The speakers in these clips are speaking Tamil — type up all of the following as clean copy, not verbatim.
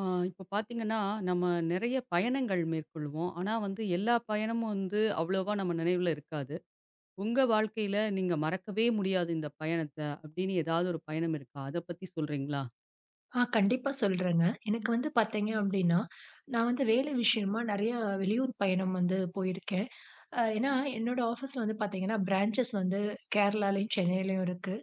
ஆ, இப்ப பாத்தீங்கன்னா, நம்ம நெறைய பயணங்கள் மேற்கொள்வோம். ஆனா வந்து எல்லா பயணமும் வந்து அவ்வளவா நம்ம நினைவுல இருக்காது. உங்க வாழ்க்கையில நீங்க மறக்கவே முடியாது இந்த பயணத்த அப்படின்னு ஏதாவது ஒரு பயணம் இருக்கா? அத பத்தி சொல்றீங்களா? ஆ கண்டிப்பா சொல்றேங்க. எனக்கு வந்து பார்த்தீங்க அப்டின்னா, நான் வந்து வேலை விஷயமா நெறைய வெளியூர் பயணம் வந்து போயிருக்கேன். ஏன்னா என்னோட ஆஃபீஸ்ல வந்து பார்த்தீங்கன்னா, பிரான்ச்சஸ் வந்து கேரளாலயும், சென்னையிலயும் இருக்கு.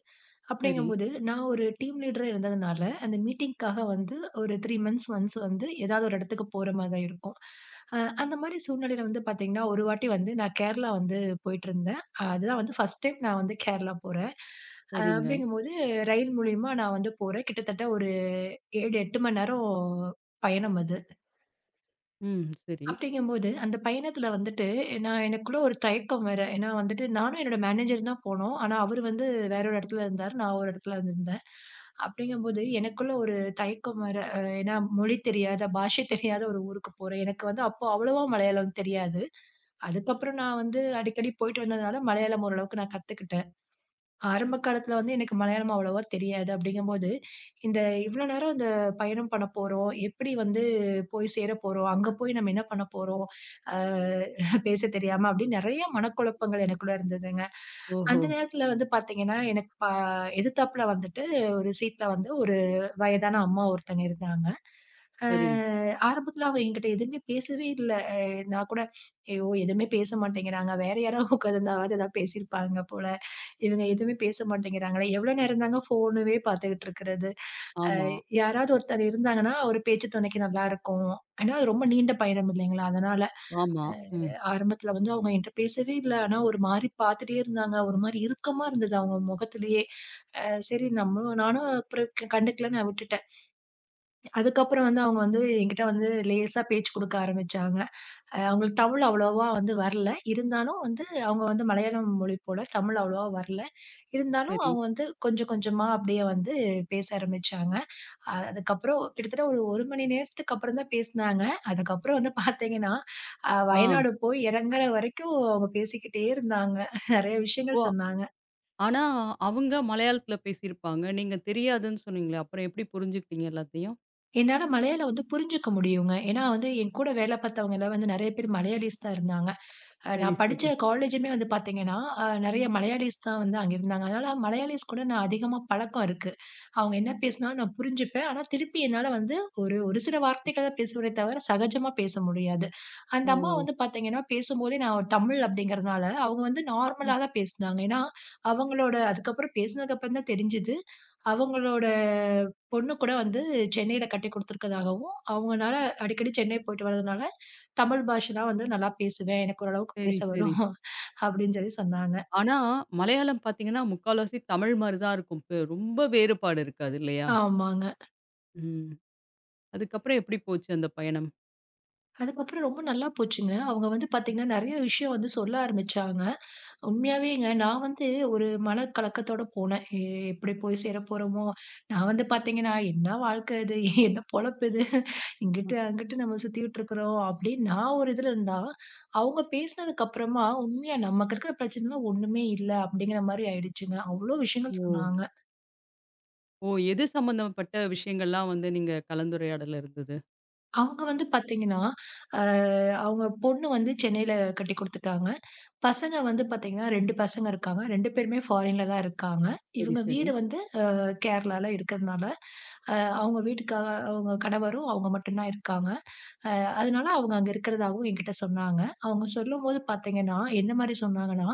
சரி, அப்படிங்கும்போது நான் ஒரு டீம் லீடரா இருந்ததுனால, அந்த மீட்டிங்க்காக வந்து ஒரு 3 மந்த்ஸ் ஒன்ஸ் வந்து ஏதாவது ஒரு இடத்துக்கு போற மாரி தான் இருக்கும். அ அந்த மாரி சூழ்நிலையில வந்து பார்த்தீங்கன்னா, ஒரு வாட்டி வந்து நான் கேரளா வந்து போயிட்டுருந்தேன். அதுதான் வந்து ஃபர்ஸ்ட் டைம் நான் வந்து கேரளா போறேன். சரிங்க. அப்படிங்கும்போது ரயில் மூலியமா நான் வந்து போறேன். கிட்டத்தட்ட ஒரு 7, 8 மணி நேரம் பயணம் அது. ம். சரி. அப்படிங்கும்போது, அந்த பயணத்தில வந்துட்டு நான் எனக்குள்ள ஒரு தயக்கம் வேற. ஏன்னா வந்துட்டு நானும் என்னோட மேனேஜரும் தான் போனோம். ஆனா, அவரு வந்து வேற ஒரு இடத்துல இருந்தாரு. நான் ஒரு இடத்துல இருந்திருந்தேன். அப்படிங்கும்போது எனக்குள்ள ஒரு தயக்கம் வேற. ஏன்னா மொழி தெரியாத, பாஷை தெரியாத ஒரு ஊருக்கு போறேன். எனக்கு வந்து அப்போ அவ்வளவா மலையாளம் தெரியாது. அதுக்கப்புறம் நான் வந்து அடிக்கடி போயிட்டு வந்ததுனால மலையாளம் ஓரளவுக்கு நான் கத்துக்கிட்டேன். ஆரம்ப காலத்துல வந்து எனக்கு மலையாளம் அவ்வளவா தெரியாது. அப்படிங்கும்போது, இந்த இவ்வளோ நேரம் இந்த பயணம் பண்ண போறோம். எப்படி வந்து போய் சேர போறோம்? அங்க போய் நம்ம என்ன பண்ண போறோம்? ஆ பேச தெரியாம அப்படின்னு நெறைய மனக்குழப்பங்கள் எனக்குள்ள இருந்ததுங்க. ஓஹோ! அந்த நேரத்துல வந்து பாத்தீங்கன்னா, எனக்கு ப எதிர்த்தாப்புல வந்துட்டு ஒரு சீட்ல வந்து ஒரு வயதான அம்மா ஒருத்தங்க இருந்தாங்க. அ சரிங்க. ஆரம்பத்துல அவ என்கிட்ட எதுவுமே பேசவே இல்ல. நான் கூட ஐயோ, எதுவுமே பேச மாட்டேங்கிறாங்க. வேற யாராவது உட்காந்துருந்தாவது ஏதாவது பேசியிருப்பாங்க போல. இவங்க எதுவுமே பேச மாட்டேங்கிறாங்களே! எவ்வளோ நேரம் தாங்க ஃபோனவே பார்த்துக்கிட்டு இருக்கிறது. ஆமா, யாராவது ஒருத்தர் இருந்தாங்கன்னா, ஒரு பேச்சு துணைக்கு நல்லாருக்கும். ஏன்னா, அது ரொம்ப நீண்ட பயணம் இல்லைங்களா? அதனால ஆமா. ம். ஆரம்பத்துல வந்து அவங்க என்ட்ட பேசவே இல்ல. ஆனா, ஒரு மாரி பார்த்துட்டே இருந்தாங்க. ஒரு மாரி இறுக்கமா இருந்தது அவங்க முகத்திலேயே. அ சரி நானும் அப்புறம் கண்டுக்கல நான் விட்டுட்டேன். அதுக்கப்புறம் வந்து அவங்க வந்து என்கிட்ட வந்து லேசா பேச்சு குடுக்க ஆரம்பிச்சாங்க. அவங்களுக்கு தமிழ் அவ்வளவா வந்து வரல. இருந்தாலும் வந்து அவங்க வந்து மலையாளம் மொழி போல தமிழ் அவ்வளவா வரல. இருந்தாலும் சரி. அவங்க வந்து கொஞ்சம் கொஞ்சமா அப்படியே வந்து பேச ஆரம்பிச்சாங்க. அதுக்கப்புறம் கிட்டத்தட்ட ஒரு 1 மணி நேரத்துக்கு அப்புறம் தான் பேசினாங்க. அதுக்கப்புறம் வந்து பார்த்தீங்கன்னா, ஆ. வயநாடு போய் இறங்குற வரைக்கும் அவங்க பேசிக்கிட்டே இருந்தாங்க. நெறைய விஷயங்கள் ஓ! சொன்னாங்க. ஆனா அவங்க மலையாளத்துல பேசியிருப்பாங்க. நீங்க தெரியாதுன்னு சொன்னீங்களே, அப்புறம் எப்படி புரிஞ்சுக்கிட்டீங்க எல்லாத்தையும்? என்னால மலையாளம் வந்து புரிஞ்சுக்க முடியுங்க. ஏன்னா வந்து என் கூட வேலை பார்த்தவங்க எல்லாம் வந்து நெறைய பேர் மலையாளிஸ் தான் இருந்தாங்க. சரி, நான் சரி. படிச்ச காலேஜுமே வந்து பார்த்தீங்கன்னா, நெறைய மலையாளிஸ் தான் வந்து அங்க இருந்தாங்க. அதனால மலையாளிஸ் கூட நான் அதிகமா பழக்கம் இருக்கு. அவங்க என்ன பேசினாலும் நான் புரிஞ்சுப்பேன். ஆனா திருப்பி என்னால வந்து ஒரு ஒரு சில வார்த்தைகள தான் பேசுவனே தவிர, சகஜமா பேச முடியாது. அந்த ஓ! அம்மா வந்து பார்த்தீங்கன்னா, பேசும்போதே நான் தமிழ் அப்படிங்கிறதுனால, அவங்க வந்து ம். நார்மலா தான் பேசினாங்க. ஏன்னா, அவங்களோட அதுக்கப்புறம் பேசினதுக்கப்புறம் தான் தெரிஞ்சுது, அவங்களோட பொண்ணு கூட வந்து சென்னையில கட்டி குடுத்துருக்கதாகவும், அவங்கனால அடிக்கடி சென்னை போயிட்டு வரதுனால, தமிழ் பாஷ தான் வந்து நல்லா பேசுவேன். எனக்கு ஓரளவுக்கு பேச சரி, சரி. வரும் அப்படின்னு சொல்லி சொன்னாங்க. ஆனா, மலையாளம் பார்த்தீங்கன்னா, முக்கால்வாசி தமிழ் மாரி தான் இருக்கும். ரொம்ப வேறுபாடு இருக்காது இல்லையா? ஆமாங்க. ம். அதுக்கப்புறம் எப்படி போச்சு அந்த பயணம்? அதுக்கப்புறம் ரொம்ப நல்லா போச்சுங்க. அவங்க வந்து பார்த்தீங்கன்னா, நெறைய விஷயம் வந்து சொல்ல ஆரம்பிச்சாங்க. உண்மையாவேங்க. நான் வந்து ஒரு மனக்கலக்கத்தோட போனேன். எப்படி போய் சேர போறோமோ? நான் வந்து பார்த்தீங்கன்னா, என்ன வாழ்க்கை இது? என்ன பொழப்பு இது? அ, இங்கிட்டு, அங்கிட்டு நம்ம சுத்திக்கிட்டு இருக்கிறோம். அப்படின்னு நான் ஒரு இதுல இருந்தா, அவங்க பேசினதுக்கு அப்புறமா, உண்மையா நமக்கு இருக்கிற பிரச்சனைலாம் ஒண்ணுமே இல்ல. அப்படிங்கிற மாரி ஆயிடுச்சுங்க. அவ்ளோ விஷயங்கள் ஓ! சொன்னாங்க. ஓ! எது சம்மந்தப்பட்ட விஷயங்கள்லாம் வந்து நீங்க கலந்துரையாடல் இருந்தது? அவங்க வந்து பார்த்தீங்கன்னா, அ அவங்க பொண்ணு வந்து சென்னையில கட்டி குடுத்துட்டாங்க. பசங்க வந்து பாத்தீங்கன்னா 2 பசங்க இருக்காங்க. 2 பேருமே ஃபாரின்ல தான் இருக்காங்க. சரி, இவங்க சரி. வீடு வந்து கேரளால இருக்கிறதுனால, அ அவங்க வீட்டுக்காக அவங்க கணவரும் அவங்க மட்டும் தான் இருக்காங்க. அதனால அவங்க அங்க இருக்கிறதாகவும் என்கிட்ட சொன்னாங்க. அவங்க சொல்லும்போது பார்த்தீங்கன்னா, என்ன மாரி சொன்னாங்கன்னா,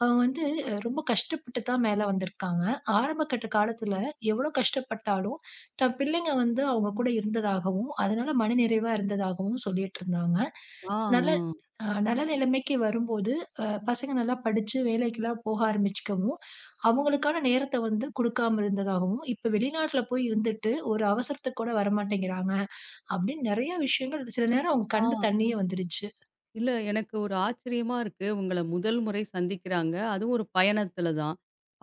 அவங்க வந்து ரொம்ப கஷ்டப்பட்டு தான் மேல வந்திருக்காங்க. ஆரம்பகட்ட காலத்துல எவ்வளோ கஷ்டப்பட்டாலும், தன் பிள்ளைங்க வந்து அவங்க கூட இருந்ததாகவும், அதனால மனநிறைவா இருந்ததாகவும் சொல்லிட்டுருந்தாங்க. ஆ, நல்ல நல்ல நிலைமைக்கு வரும்போது, பசங்க நல்லா படிச்சு வேலைக்கெல்லாம் போக ஆரம்பிச்சுக்கவும், அவங்களுக்கான நேரத்த வந்து குடுக்காம இருந்ததாகவும், இப்ப வெளிநாட்ல போய் இருந்துட்டு ஒரு அவசரத்துக்கு கூட வரமாட்டேங்கிறாங்க. அப்படின்னு நெறைய விஷயங்கள் சில நேரம் அவங்க ஆ, கண்ல ஆ. தண்ணியே வந்துருச்சு. இல்ல எனக்கு ஒரு ஆச்சரியமா இருக்கு. உங்கள முதல் முறை சந்திக்கிறாங்க. அதுவும் ஒரு பயணத்தில தான்.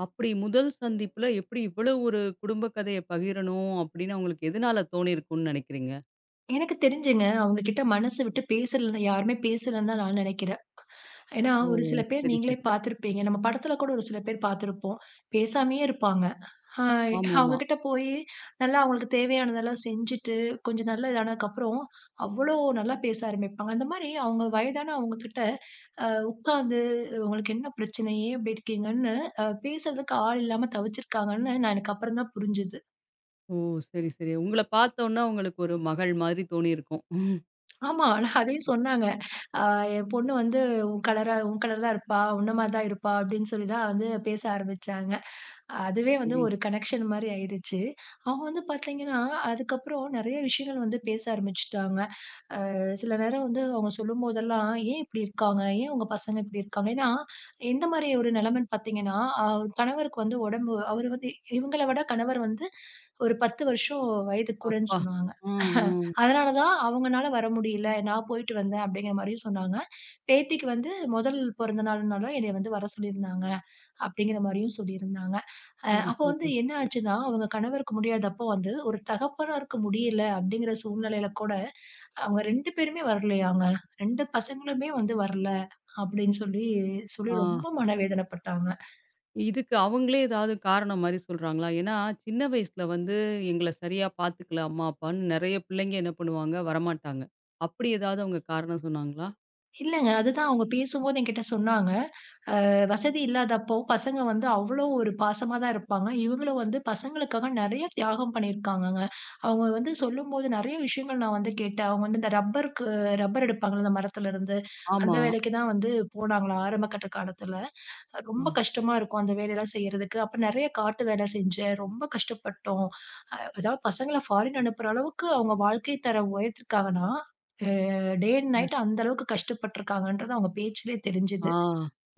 அப்படி முதல் சந்திப்புல எப்படி இவ்வளவு ஒரு குடும்ப கதைய பகிரணும் அப்படின்னு அவங்களுக்கு எதனால தோணியிருக்கும்னு நினைக்கிறீங்க? எனக்கு தெரிஞ்சுங்க, அவங்க கிட்ட மனசு விட்டு பேசல யாருமே பேசலன்னு தான் நான் நெனைக்கிறேன். ஏன்னா, ஓ! ஒரு சில பேர் சரி, நீங்களே சரி. பார்த்துருப்பீங்க. நம்ம படத்துல கூட ஒரு சில பேர் பார்த்துருப்போம். பேசாமயே இருப்பாங்க. அ அவங்க ஆமாமா. கிட்ட போயி நல்லா அவங்களுக்கு தேவையானதெல்லாம் செஞ்சுட்டு, கொஞ்சம் நல்லா இதானதுக்கப்புறம், அவ்வளோ நல்லா பேச ஆரம்பிப்பாங்க. அந்த மாரி அவங்க வயதானவங்க கிட்ட உட்கார்ந்து, "உங்களுக்கு என்ன பிரச்சனை? ஏன் இப்படி இருக்கீங்கன்னு" பேசுறதுக்கு ஆள் இல்லாம தவிச்சிருக்காங்கன்னு நான் எனக்கு அப்புறம் தான் புரிஞ்சுது. ஓ! சரி, சரி. உங்கள பார்த்தோன்ன உங்களுக்கு ஒரு மகள் மாதிரி தோணியிருக்கும். ம். ஆமா. நான் அதையும் சொன்னாங்க. "அ என் பொண்ணு வந்து உன் கலர் தான் இருப்பா. உன்ன மாரி தான் இருப்பா" அப்படின்னு சொல்லி தான் வந்து பேச ஆரம்பிச்சாங்க. அதுவே வந்து சரி ஒரு கனெக்ஷன் மாரி ஆயிடுச்சு. அவங்க வந்து பார்த்தீங்கன்னா, அதுக்கப்புறம் நெறைய விஷயங்கள் வந்து பேச ஆரம்பிச்சுட்டாங்க. சில நேரம் வந்து அவங்க சொல்லும்போதெல்லாம், "ஏன் இப்படி இருக்காங்க? ஏன் உங்க பசங்க இப்படி இருக்காங்க?" ஏன்னா, எந்த மாரி ஒரு நிலைமைன்னு பார்த்தீங்கன்னா, அ கணவருக்கு வந்து உடம்பு அவரு வந்து இவங்கள விட கணவர் வந்து ஒரு 10 வருஷம் வயது கூடன்னு அப்பா! சொன்னாங்க. ஆ, ஆ. அதனால தான் அவங்கனால வர முடியல. நான் போயிட்டு வந்தேன் அப்படிங்கிற மாரியும் சொன்னாங்க. பேத்திக்கு வந்து முதல் பிறந்த நாள்னால என்னைய வந்து வர சொல்லியிருந்தாங்க, அப்படிங்கிற மாரியும் சொல்லியிருந்தாங்க. சரி, அப்போ வந்து சரி. என்ன ஆச்சுன்னா, அவங்க கணவருக்கு முடியாதப்போ வந்து ஒரு தகப்பனாருக்கு முடியல அப்படிங்கிற சூழ்நிலையில கூட அவங்க 2 பேருமே வரலையாங்க. 2 பசங்களுமே வந்து வரல. அப்படின்னு சொல்லி ஆ. ரொம்ப மனவேதனைப்பட்டாங்க. இதுக்கு அவங்களே ஏதாவது காரணம் மாரி சொல்றாங்களா? ஏன்னா, சின்ன வயசுல வந்து எங்கள சரியா பார்த்துக்கல அம்மா, அப்பான்னு நெறைய பிள்ளைங்க என்ன பண்ணுவாங்க, வரமாட்டாங்க. அப்படி ஏதாவது அவங்க காரணம் சொன்னாங்களா? இல்லங்க. அதுதான் அவங்க பேசும்போது என்கிட்ட சொன்னாங்க. வசதி இல்லாதப்போ பசங்க வந்து அவ்வளோ ஒரு பாசமா தான் இருப்பாங்க. இவங்களும் வந்து பசங்களுக்காக நெறைய தியாகம் பண்ணியிருக்காங்கங்க. அவங்க வந்து சொல்லும்போது நெறைய விஷயங்கள் நான் வந்து கேட்டேன். அவங்க வந்து இந்த ரப்பருக்கு ரப்பர் எடுப்பாங்கல்ல அந்த மரத்துல இருந்து, அந்த ஆமா. வேலைக்கு தான் வந்து போனாங்களாம் ஆரம்ப கட்ட காலத்துல. ஆ. ரொம்ப கஷ்டமா இருக்கும் அந்த வேலையெல்லாம் செய்யறதுக்கு. அப்ப நெறைய காட்டு வேலை செஞ்சேன். ரொம்ப கஷ்டப்பட்டோம். அதாவது பசங்கள ஃபாரின் அனுப்புற அளவுக்கு அவங்க வாழ்க்கை தரம் உயர்த்திருக்காங்கன்னா, அ டே அண்ட் நைட் அந்த அளவுக்கு கஷ்டப்பட்டுருக்காங்கன்றது அவங்க பேச்சிலே தெரிஞ்சது. ஆ.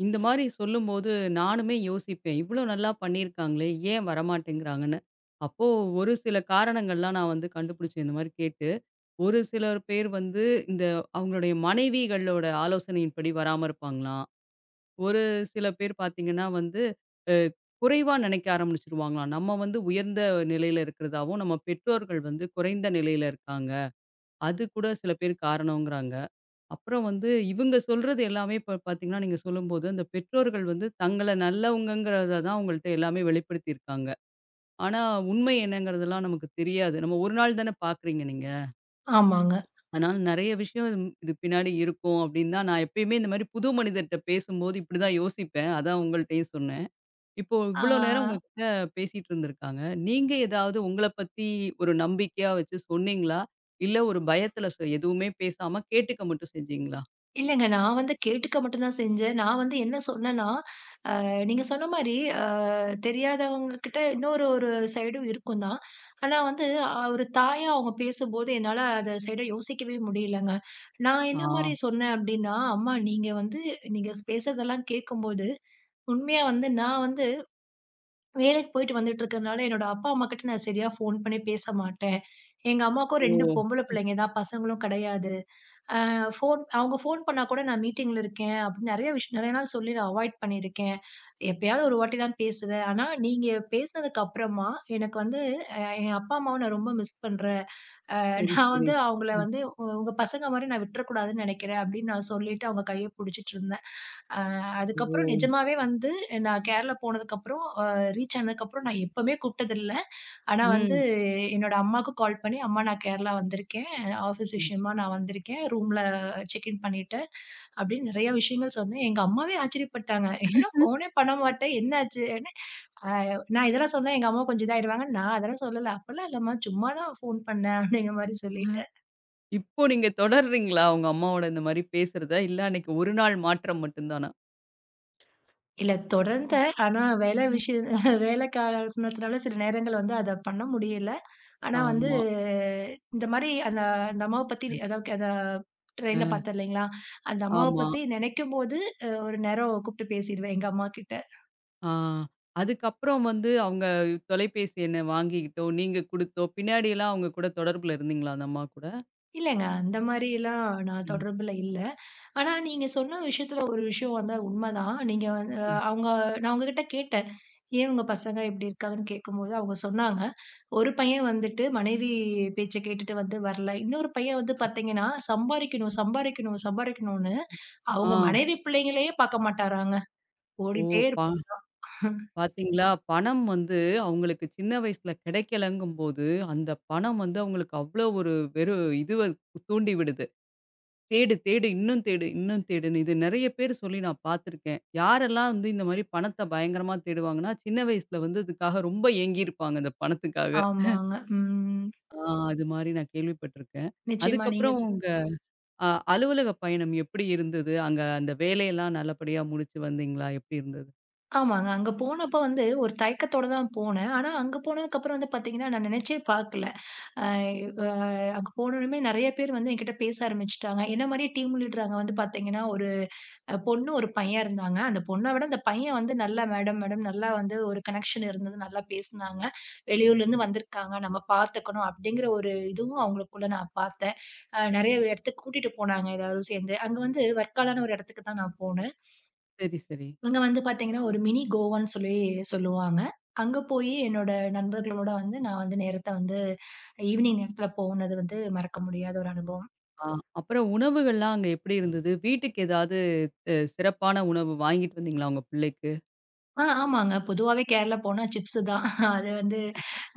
இந்த மாரி சொல்லும்போது நானுமே யோசிப்பேன். இவ்ளோ நல்லா பண்ணியிருக்காங்களே, ஏன் வரமாட்டேங்கிறாங்கன்னு. அப்போ ஒரு சில காரணங்கள்லாம் நான் வந்து கண்டுபிடிச்சேன் இந்த மாரி கேட்டு. ஒரு சிலர் பேர் வந்து இந்த அவங்களுடைய மனைவிகளோட ஆலோசனையின்படி வராம இருப்பாங்களாம். ஒரு சில பேர் பார்த்தீங்கன்னா வந்து, அ குறைவா நினைக்க ஆரம்பிச்சுருவாங்களாம். நம்ம வந்து உயர்ந்த நிலையில இருக்கிறதாவும், நம்ம பெற்றோர்கள் வந்து குறைந்த நிலையில இருக்காங்க. அது கூட சில பேர் காரணங்கிறாங்க. அப்புறம் வந்து இவங்க சொல்றது எல்லாமே இப்ப பார்த்தீங்கன்னா, நீங்க சொல்லும்போது அந்த பெற்றோர்கள் வந்து தங்கள நல்லவங்கங்கிறத தான் உங்கள்ட்ட எல்லாமே வெளிப்படுத்தியிருக்காங்க. ஆனா உண்மை என்னங்கிறதெல்லாம் நமக்கு தெரியாது. நம்ம ஒரு நாள் தானே பார்க்குறீங்க நீங்க. ஆமாங்க. அதனால நெறைய விஷயம் இது பின்னாடி இருக்கும் அப்படின்னு தான் நான் எப்பயுமே இந்த மாரி புது மனிதர்ட்ட பேசும்போது இப்படிதான் யோசிப்பேன். அதான் உங்கள்ட்டயும் சொன்னேன். இப்போ ஆ இவ்வளோ நேரம் உங்ககிட்ட பேசிட்டு இருந்திருக்காங்க. நீங்க ஏதாவது உங்கள பத்தி ஒரு நம்பிக்கையா வச்சு சொன்னீங்களா? இல்ல ஒரு பயத்துல எதுவுமே பேசாம கேட்டுக்க மட்டும் செஞ்சீங்களா? இல்லங்க. நான் வந்து கேட்டுக்க மட்டும் தான் செஞ்சேன். நான் வந்து என்ன சொன்னேன்னா, நீங்க சொன்ன மாரி, அ தெரியாதவங்க கிட்ட இன்னொரு சைடும் இருக்கும் தான். ஆனா வந்து ஒரு தாயா அவங்க பேசும்போது என்னால அந்த சைட யோசிக்கவே முடியலங்க. நான் என்ன ஆ. மாரி சொன்னேன் அப்டின்னா, "அம்மா நீங்க வந்து நீங்க பேசுறதெல்லாம் கேட்கும்போது, உண்மையா வந்து நான் வந்து வேலைக்கு போயிட்டு வந்துட்டு இருக்கறனால என்னோட அப்பா, அம்மா கிட்ட நான் சரியா ஃபோன் பண்ணி பேச மாட்டேன். எங்க அம்மாவுக்கும் ஓ! 2 பொம்பள பிள்ளைங்க தான், பசங்களும் கிடையாது." அவங்க ஃபோன் பண்ணா கூட நான் மீட்டிங்ல இருக்கேன் அப்படின்னு நெறைய விஷயம் நெறைய நாள் சொல்லி நான் அவாய்ட் பண்ணியிருக்கேன். எப்பயாவது ஒரு வாட்டி தான் பேசுவேன். ஆனா நீங்க பேசினதுக்கு அப்புறமா எனக்கு வந்து என் அப்பா, அம்மாவ நான் ரொம்ப மிஸ் பண்றேன். சரி, நான் சரி. வந்து அவங்கள ம். வந்து உங்க பசங்க மாரி நான் விட்டுறக்கூடாதுன்னு நெனைக்கிறேன் அப்படின்னு நான் சொல்லிட்டு அவங்க கைய புடிச்சிட்டு இருந்தேன். அ ஓ! அதுக்கப்புறம் நிஜமாவே வந்து நான் கேரளா போனதுக்கப்புறம் ரீச் ஆனதுக்கப்புறம் நான் எப்பவுமே கூப்பிட்டதில்ல. ஆனா வந்து ம். என்னோட அம்மாவுக்கு கால் பண்ணி, "அம்மா நான் கேரளா வந்திருக்கேன். ஆஃபீஸ் ம். விஷயமா நான் வந்திருக்கேன். ரூம்ல செக் இன் பண்ணிட்டேன்." அப்படின்னு நெறைய விஷயங்கள் சொன்னேன். எங்க அம்மாவே ஆச்சரியப்பட்டாங்க. "என்ன ஃபோனே பண்ண மாட்ட? என்னாச்சு?" என்ன அ நான் இதெல்லாம் சொன்னா எங்க அம்மா கொஞ்சம் இதாயிடுவாங்க. நான் அதெல்லாம் சொல்லல. "அப்பலாம் இல்லம்மா. சும்மா தான் ஃபோன் பண்ணேன்." அப்படிங்கிற மாரி ஆஹ். சொல்லிட்டேன். இப்போ நீங்க தொடர்றீங்களா? உங்க அம்மாவோட இந்த மாரி பேசுறத? இல்ல அன்னைக்கு ஒரு நாள் மாற்றம் மட்டும் தானா? இல்ல தொடர்ந்தேன். ஆனா வேலை காரணத்தினால சில நேரங்கள் வந்து அத பண்ண முடியல. ஆனா வந்து, ஆமா. இந்த மாரி அந்த அந்த அம்மாவ பத்தி அதாவது அந்த ட்ரெயின்ல அ. பார்த்தேன் இல்லைங்களா? அந்த அம்மாவ ஆமா. பத்தி நெனைக்கும்போது, ஒரு நேரம் கூப்ட்டு பேசிடுவேன் எங்க அம்மாகிட்ட. ஆ. அதுக்கப்புறம் வந்து அவங்க தொலைபேசி எண்ணை வாங்கிக்கிட்டோ, நீங்க குடுத்தோ, பின்னாடிலாம் அவங்க கூட தொடர்புல இருந்தீங்களா அந்த அம்மா கூட? இல்லங்க, அந்த மாரிலாம் நான் ம். தொடர்புல இல்ல. ஆனா நீங்க சொன்ன விஷயத்துல ஒரு விஷயம் வந்து உண்மதான். நீங்க வந்து ம். அவங்க நான் உங்ககிட்ட கேட்டேன். ஏன் உங்க பசங்க இப்டி இருக்காங்கன்னு கேட்கும்போது, அவங்க சொன்னாங்க. ஒரு பையன் வந்துட்டு மனைவி பேச்ச கேட்டுட்டு வந்து வரல. இன்னொரு பையன் வந்து பார்த்தீங்கன்னா, சம்பாரிக்கணும், சம்பாரிக்கணும், சம்பாரிக்கணும்னு ஆ. அவங்க மனைவி பிள்ளைங்களையே பார்க்க மாட்டாராங்க. ஓ! ஓடிட்டே இருப் பா பாத்தீங்களா? பணம் வந்து அவங்களுக்கு சின்ன வயசுல கிடைக்கலங்கும்போது, அந்த பணம் வந்து அவங்களுக்கு அவ்ளோ ஒரு வெறும் இதுவ தூண்டி விடுது. தேடு, தேடு, இன்னும் தேடு, இன்னும் தேடுன்னு. இது நெறைய பேர் சொல்லி நான் பாத்துருக்கேன். யாரெல்லாம் வந்து இந்த மாரி பணத்த பயங்கரமா தேடுவாங்கன்னா, சின்ன வயசுல வந்து இதுக்காக ரொம்ப ஏங்கியிருப்பாங்க, இந்த பணத்துக்காக. ஆமாங்க. ம். ஆ, அது மாரி நான் கேள்விப்பட்டுருக்கேன். நிச்சயமா நீங்க அதுக்கப்புறம் சொ உங்க அ அலுவலக பயணம் எப்படி இருந்தது? அங்க அந்த வேலையெல்லாம் நல்லபடியா முடிச்சு வந்தீங்களா? எப்படி இருந்தது? ஆமாங்க. அங்க போனப்ப வந்து ஒரு தயக்கத்தோட தான் போனேன். ஆனா, அங்க போனதுக்கப்புறம் வந்து பார்த்தீங்கன்னா, நான் நினைச்சே பார்க்கல. அ அ அங்க போனோனமே நெறைய பேர் வந்து என்கிட்ட பேச ஆரம்பிச்சுட்டாங்க. என்ன மாரியே டீம் லீடர் அங்க வந்து பார்த்தீங்கன்னா, ஒரு பொண்ணு, ஒரு பையன் இருந்தாங்க. அந்த பொண்ண விட அந்த பையன் வந்து நல்லா மேடம் நல்லா வந்து ஒரு கனெக்ஷன் இருந்தது. நல்லா பேசுனாங்க. வெளியூர்லேருந்து வந்திருக்காங்க. நம்ம பார்த்துக்கணும் அப்படிங்கிற ஒரு இதுவும் அவங்களுக்குள்ள நான் பார்த்தேன். நெறைய இடத்துக்கு கூட்டிட்டு போனாங்க எல்லாரும் சேர்ந்து. அங்க வந்து வர்க்காலான்னு ஒரு இடத்துக்கு தான் நான் போனேன். சரி, சரி. அங்க வந்து பார்த்தீங்கன்னா, ஒரு மினி கோவான்னு சொல்லி சொல்லுவாங்க. அங்க போயி என்னோட நண்பர்களோட வந்து நான் வந்து நேரத்த வந்து ஈவினிங் நேரத்துல போனது வந்து மறக்க முடியாத ஒரு அனுபவம். ஆ, அப்புறம் உணவுகள்லாம் அங்க எப்படி இருந்தது? வீட்டுக்கு ஏதாவது சிறப்பான உணவு வாங்கிட்டு வந்தீங்களா உங்க பிள்ளைக்கு? ஆமாங்க. பொதுவாவே கேரளா போனா சிப்ஸு தான். அது வந்து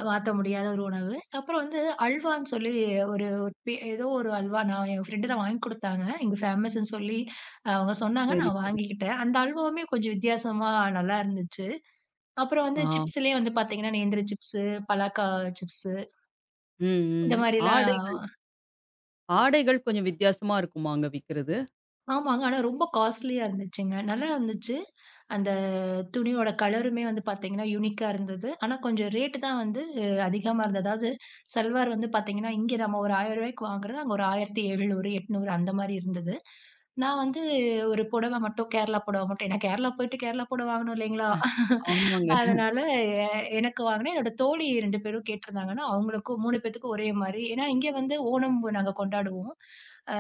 மாத்த முடியாத ஒரு உணவு. அப்புறம் வந்து அல்வான்னு சொல்லி ஒரு ஏதோ ஒரு அல்வா நான் என் ஃப்ரெண்டு தான் வாங்கி குடுத்தாங்க. இங்க ஃபேமஸ்ன்னு சொல்லி அவங்க சொன்னாங்க. சரி, நான் சரி. வாங்கிக்கிட்டேன். அந்த அல்வாவுமே கொஞ்சம் வித்தியாசமா நல்லா இருந்துச்சு. அப்புறம் வந்து ஆ. சிப்ஸ்லயே வந்து பார்த்தீங்கன்னா, நேந்திர சிப்ஸு, பலாக்கா சிப்ஸு ம், இந்த ம். ஆடைகள் மாரிலாம் ஆடைகள் கொஞ்சம் வித்தியாசமா இருக்குமா அங்க விக்கிறது? ஆமாங்க. ஆனா ரொம்ப காஸ்ட்லியா இருந்துச்சுங்க. நல்லா இருந்துச்சு. அந்த துணியோட கலருமே வந்து பார்த்தீங்கன்னா, யூனிக்கா இருந்தது. ஆனா கொஞ்சம் ரேட் தான் வந்து அதிகமா இருந்தது. அதாவது சல்வார் வந்து பார்த்தீங்கன்னா, இங்க நம்ம ஒரு ரூ. 1000க்கு வாங்குறது, அங்க ஒரு 1700, 800 அந்த மாரி இருந்தது. நான் வந்து ஒரு புடவை மட்டும் கேரளா புடவை மட்டும் ஏன்னா கேரளா போயிட்டு கேரளா புடவை வாங்கணும் இல்லைங்களா? ஆமாங்க. அதனால எனக்கு வாங்கினேன். என்னோட தோழி 2 பேரும் கேட்டிருந்தாங்கன்னா, அவங்களுக்கும் 3 பேத்துக்கும் ஒரே மாரி. ஏன்னா இங்க வந்து ஓணம் நாங்க கொண்டாடுவோம்.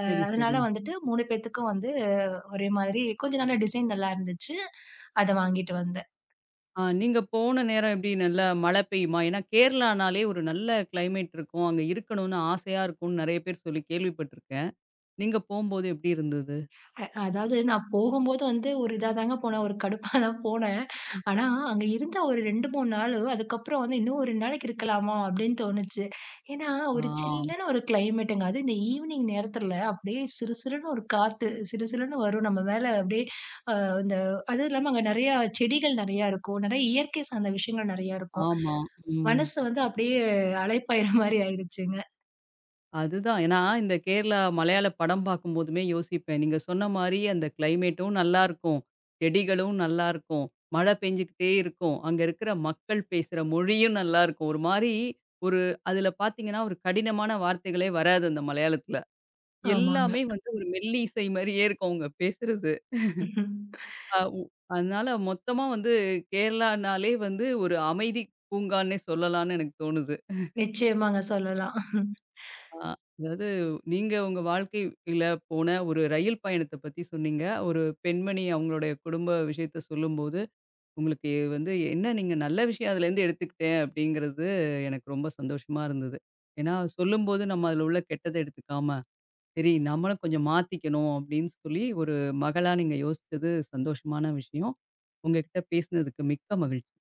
சரி, அதனால சரி. வந்துட்டு 3 பேத்துக்கும் வந்து ஒரே மாதிரி கொஞ்ச நல்ல டிசைன் நல்லா இருந்துச்சு. அத வாங்கிட்டு வந்தேன். ஆ, நீங்க போன நேரம் எப்படி நல்ல மழை பெய்யுமா? ஏன்னா கேரளானாலே ஒரு நல்ல கிளைமேட் இருக்கும். அங்க இருக்கணும்னு ஆசையா இருக்கும்னு நெறைய பேர் சொல்லி கேள்விப்பட்டுருக்கேன். நீங்க போம்போது எப்படி இருந்தது? அதாவது நான் போகும்போது வந்து ஒரு இதா தாங்க போனேன். ஒரு கடுப்பா தான் போனேன். ம். ஆனா, அங்க இருந்த ஒரு 2, 3 நாளு அதுக்கப்புறம் வந்து இன்னும் ஒரு 2 நாளைக்கு இருக்கலாமா அப்படின்னு தோணுச்சு. ஏன்னா, ஆ, ஒரு சில்லுன்னு ஒரு கிளைமேட்டுங்க. அதுவும் இந்த ஈவினிங் நேரத்துல அப்படியே சிறு சிறுன்னு ஒரு காத்து சிறு சிறுன்னு வரும். நம்ம மேல அப்படியே அ இந்த அதுவும் இல்லாம அங்க நெறையா செடிகள் நெறையா இருக்கும். நெறைய இயற்கை சார்ந்த விஷயங்கள் நெறையா இருக்கும். ஆமா. ம். மனசு வந்து அப்படியே அலைப்பாயுற மாரி ஆயிருச்சுங்க. அதுதான். ஏன்னா இந்த கேரளா மலையாள படம் பார்க்கும்போதுமே யோசிப்பேன். நீங்க சொன்ன மாரி அந்த கிளைமேட்டும் நல்லாருக்கும். செடிகளும் நல்லாருக்கும். மழை பெஞ்சுக்கிட்டே இருக்கும். அங்க இருக்கிற மக்கள் பேசுற மொழியும் நல்லாருக்கும். ஒரு மாரி ஒரு அதுல பார்த்தீங்கன்னா, ஒரு கடினமான வார்த்தைகளே வராது அந்த மலையாளத்துல. எல்லாமே வந்து ஒரு மெல்லிசை மாரியே இருக்கும் அவங்க பேசுறது. ஆமாங்க. அ உ அதனால மொத்தமா வந்து கேரளானாலே வந்து ஒரு அமைதி பூங்கான்னே சொல்லலான்னு எனக்கு தோணுது. நிச்சயமாங்க சொல்லலாம். அ அதாவது நீங்க உங்க வாழ்க்கையில போன ஒரு ரயில் பயணத்த பத்தி சொன்னீங்க. ஒரு பெண்மணி அவங்களுடைய குடும்ப விஷயத்த சொல்லும்போது, உங்களுக்கு வந்து என்ன நீங்க நல்ல விஷயம் அதுலேருந்து எடுத்துக்கிட்டேன் அப்படிங்கிறது எனக்கு ரொம்ப சந்தோஷமா இருந்தது. ஏன்னா சொல்லும்போது நம்ம அதில உள்ள கெட்டத எடுத்துக்காம சரி நம்மளும் கொஞ்சம் மாத்திக்கணும் அப்படின்னு சொல்லி ஒரு மகளா நீங்க யோசிச்சது சந்தோஷமான விஷயம். உங்ககிட்ட பேசினதுக்கு மிக்க மகிழ்ச்சி.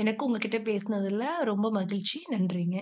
எனக்கும் உங்ககிட்ட பேசினதுல ரொம்ப மகிழ்ச்சி. நன்றிங்க.